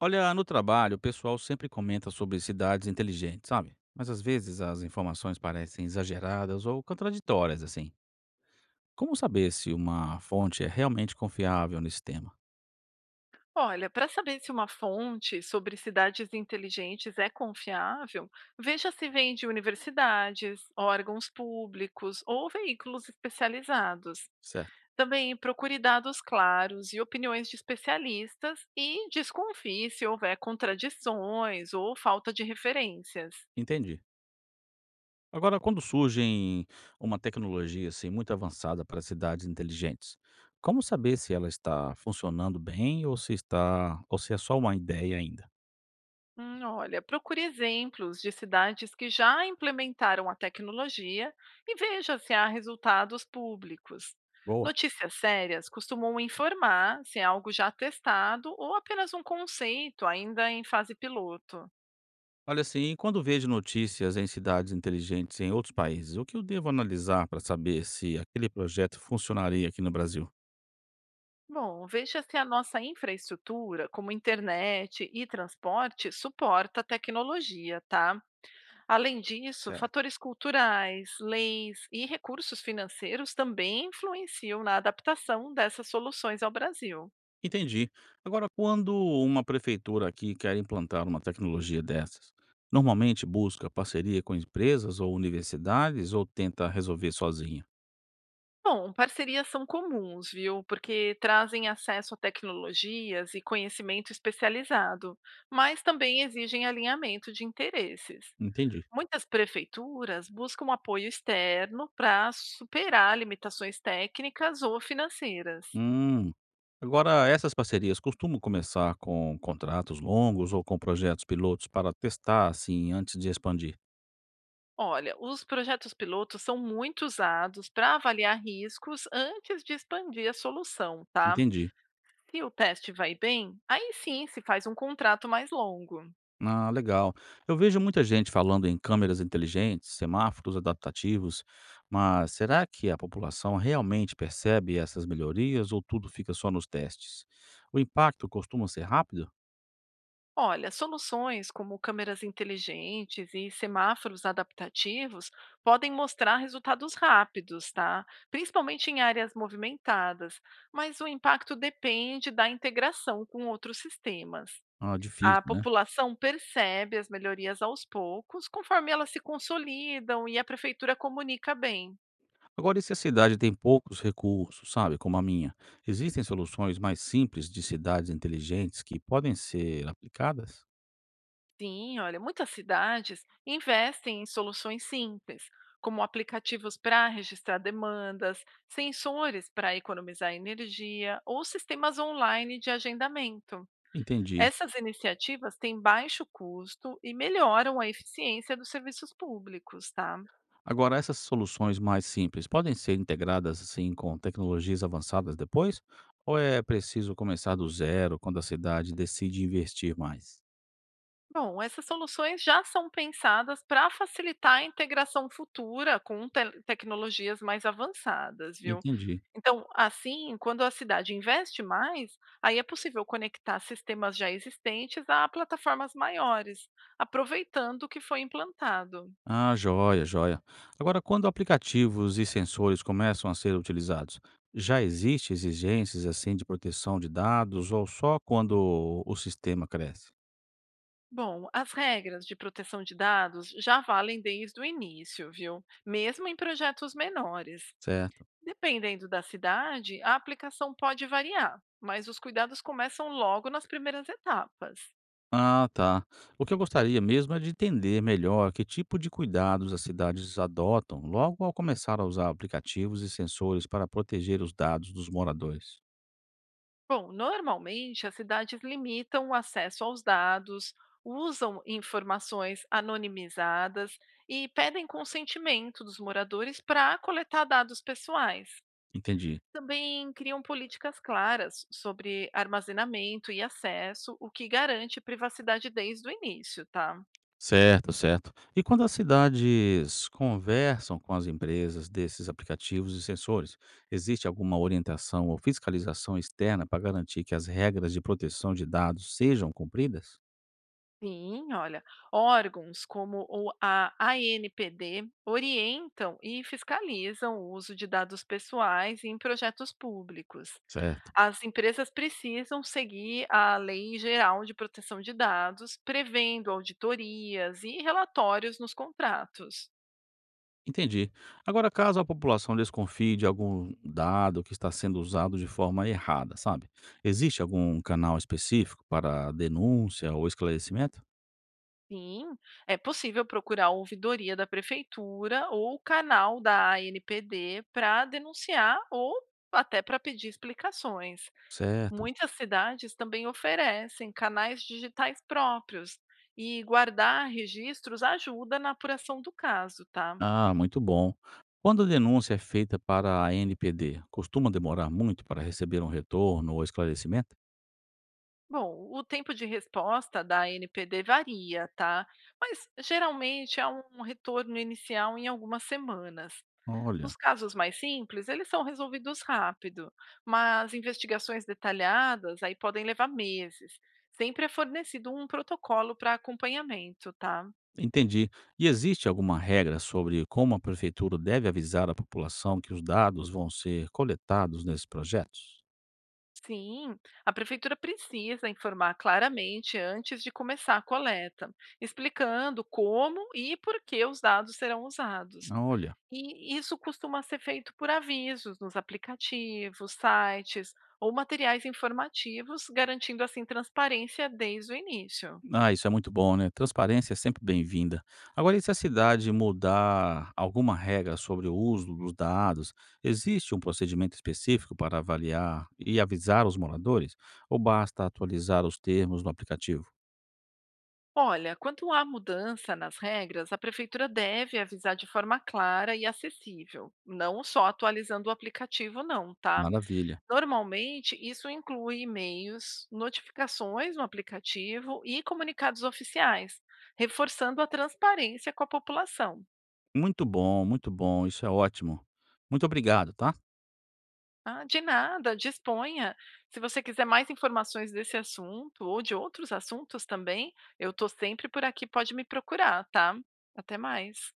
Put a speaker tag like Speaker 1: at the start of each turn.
Speaker 1: Olha, no trabalho, o pessoal sempre comenta sobre cidades inteligentes, sabe? Mas às vezes as informações parecem exageradas ou contraditórias, assim. Como saber se uma fonte é realmente confiável nesse tema?
Speaker 2: Olha, para saber se uma fonte sobre cidades inteligentes é confiável, veja se vem de universidades, órgãos públicos ou veículos especializados.
Speaker 1: Certo,
Speaker 2: Também procure dados claros e opiniões de especialistas e desconfie se houver contradições ou falta de referências.
Speaker 1: entendi. Agora, quando surgem uma tecnologia assim muito avançada para cidades inteligentes, como saber se ela está funcionando bem ou se está ou se é só uma ideia ainda?
Speaker 2: Olha, procure exemplos de cidades que já implementaram a tecnologia e veja se há resultados públicos.
Speaker 1: Boa.
Speaker 2: Notícias sérias costumam informar se é algo já testado ou apenas um conceito ainda em fase piloto.
Speaker 1: Olha, assim, quando vejo notícias em cidades inteligentes em outros países, o que eu devo analisar para saber se aquele projeto funcionaria aqui no Brasil?
Speaker 2: Bom, veja se a nossa infraestrutura, como internet e transporte, suporta a tecnologia, tá? Além disso,
Speaker 1: Certo.
Speaker 2: fatores culturais, leis e recursos financeiros também influenciam na adaptação dessas soluções ao Brasil.
Speaker 1: Entendi. Agora, quando uma prefeitura aqui quer implantar uma tecnologia dessas, normalmente busca parceria com empresas ou universidades ou tenta resolver sozinha?
Speaker 2: Bom, parcerias são comuns, viu? Porque trazem acesso a tecnologias e conhecimento especializado, mas também exigem alinhamento de interesses.
Speaker 1: Entendi.
Speaker 2: Muitas prefeituras buscam apoio externo para superar limitações técnicas ou financeiras.
Speaker 1: Hum. Agora, essas parcerias costumam começar com contratos longos ou com projetos pilotos para testar, assim, antes de expandir.
Speaker 2: Olha, os projetos pilotos são muito usados para avaliar riscos antes de expandir a solução, tá?
Speaker 1: Entendi.
Speaker 2: Se o teste vai bem, aí sim se faz um contrato mais longo.
Speaker 1: Ah, legal. Eu vejo muita gente falando em câmeras inteligentes, semáforos adaptativos, mas será que a população realmente percebe essas melhorias ou tudo fica só nos testes? O impacto costuma ser rápido?
Speaker 2: Olha, soluções como câmeras inteligentes e semáforos adaptativos podem mostrar resultados rápidos, tá? Principalmente em áreas movimentadas, mas o impacto depende da integração com outros sistemas.
Speaker 1: Ah,
Speaker 2: A
Speaker 1: difícil, né?
Speaker 2: população percebe as melhorias aos poucos, conforme elas se consolidam e a prefeitura comunica bem.
Speaker 1: Agora, e se a cidade tem poucos recursos, sabe, como a minha? Existem soluções mais simples de cidades inteligentes que podem ser aplicadas?
Speaker 2: Sim, olha, muitas cidades investem em soluções simples, como aplicativos para registrar demandas, sensores para economizar energia ou sistemas online de agendamento.
Speaker 1: Entendi.
Speaker 2: Essas iniciativas têm baixo custo e melhoram a eficiência dos serviços públicos, tá?
Speaker 1: Agora, essas soluções mais simples podem ser integradas assim com tecnologias avançadas depois? Ou é preciso começar do zero quando a cidade decide investir mais?
Speaker 2: Bom, essas soluções já são pensadas para facilitar a integração futura com tecnologias mais avançadas, viu?
Speaker 1: Entendi.
Speaker 2: Então, assim, quando a cidade investe mais, aí é possível conectar sistemas já existentes a plataformas maiores, aproveitando o que foi implantado.
Speaker 1: Ah, joia, joia. Agora, quando aplicativos e sensores começam a ser utilizados, já existe exigências assim de proteção de dados ou só quando o sistema cresce?
Speaker 2: Bom, as regras de proteção de dados já valem desde o início, viu? Mesmo em projetos menores.
Speaker 1: Certo.
Speaker 2: Dependendo da cidade, a aplicação pode variar, mas os cuidados começam logo nas primeiras etapas.
Speaker 1: Ah, tá. O que eu gostaria mesmo é de entender melhor que tipo de cuidados as cidades adotam logo ao começar a usar aplicativos e sensores para proteger os dados dos moradores.
Speaker 2: Bom, normalmente as cidades limitam o acesso aos dados, usam informações anonimizadas e pedem consentimento dos moradores para coletar dados pessoais.
Speaker 1: Entendi.
Speaker 2: Também criam políticas claras sobre armazenamento e acesso, o que garante privacidade desde o início, tá?
Speaker 1: Certo, certo. E quando as cidades conversam com as empresas desses aplicativos e sensores, existe alguma orientação ou fiscalização externa para garantir que as regras de proteção de dados sejam cumpridas?
Speaker 2: Sim, olha, órgãos como o a ANPD orientam e fiscalizam o uso de dados pessoais em projetos públicos.
Speaker 1: Certo.
Speaker 2: As empresas precisam seguir a Lei Geral de Proteção de Dados, prevendo auditorias e relatórios nos contratos.
Speaker 1: Entendi. Agora, caso a população desconfie de algum dado que está sendo usado de forma errada, sabe? Existe algum canal específico para denúncia ou esclarecimento?
Speaker 2: Sim, é possível procurar a ouvidoria da prefeitura ou o canal da ANPD para denunciar ou até para pedir explicações.
Speaker 1: Certo.
Speaker 2: Muitas cidades também oferecem canais digitais próprios e guardar registros ajuda na apuração do caso, tá?
Speaker 1: Ah, muito bom. Quando a denúncia é feita para a NPD, costuma demorar muito para receber um retorno ou esclarecimento?
Speaker 2: Bom, o tempo de resposta da ANPD varia, tá? Mas geralmente há um retorno inicial em algumas semanas. Os
Speaker 1: Olha,
Speaker 2: casos mais simples, eles são resolvidos rápido, mas investigações detalhadas aí podem levar meses. Sempre é fornecido um protocolo para acompanhamento, tá?
Speaker 1: entendi. E existe alguma regra sobre como a prefeitura deve avisar a população que os dados vão ser coletados nesses projetos?
Speaker 2: Sim, a prefeitura precisa informar claramente antes de começar a coleta, explicando como e por que os dados serão usados.
Speaker 1: Olha.
Speaker 2: E isso costuma ser feito por avisos nos aplicativos, sites ou materiais informativos, garantindo assim transparência desde o início.
Speaker 1: Ah, isso é muito bom, né? Transparência é sempre bem-vinda. Agora, e se a cidade mudar alguma regra sobre o uso dos dados, existe um procedimento específico para avaliar e avisar os moradores? Ou basta atualizar os termos no aplicativo?
Speaker 2: Olha, quando há mudança nas regras, a prefeitura deve avisar de forma clara e acessível, não só atualizando o aplicativo, não, tá?
Speaker 1: Maravilha.
Speaker 2: Normalmente, isso inclui e-mails, notificações no aplicativo e comunicados oficiais, reforçando a transparência com a população.
Speaker 1: Muito bom, muito bom. Isso é ótimo. Muito obrigado, tá?
Speaker 2: Ah, de nada, disponha. Se você quiser mais informações desse assunto ou de outros assuntos também, eu estou sempre por aqui, pode me procurar, tá? Até mais.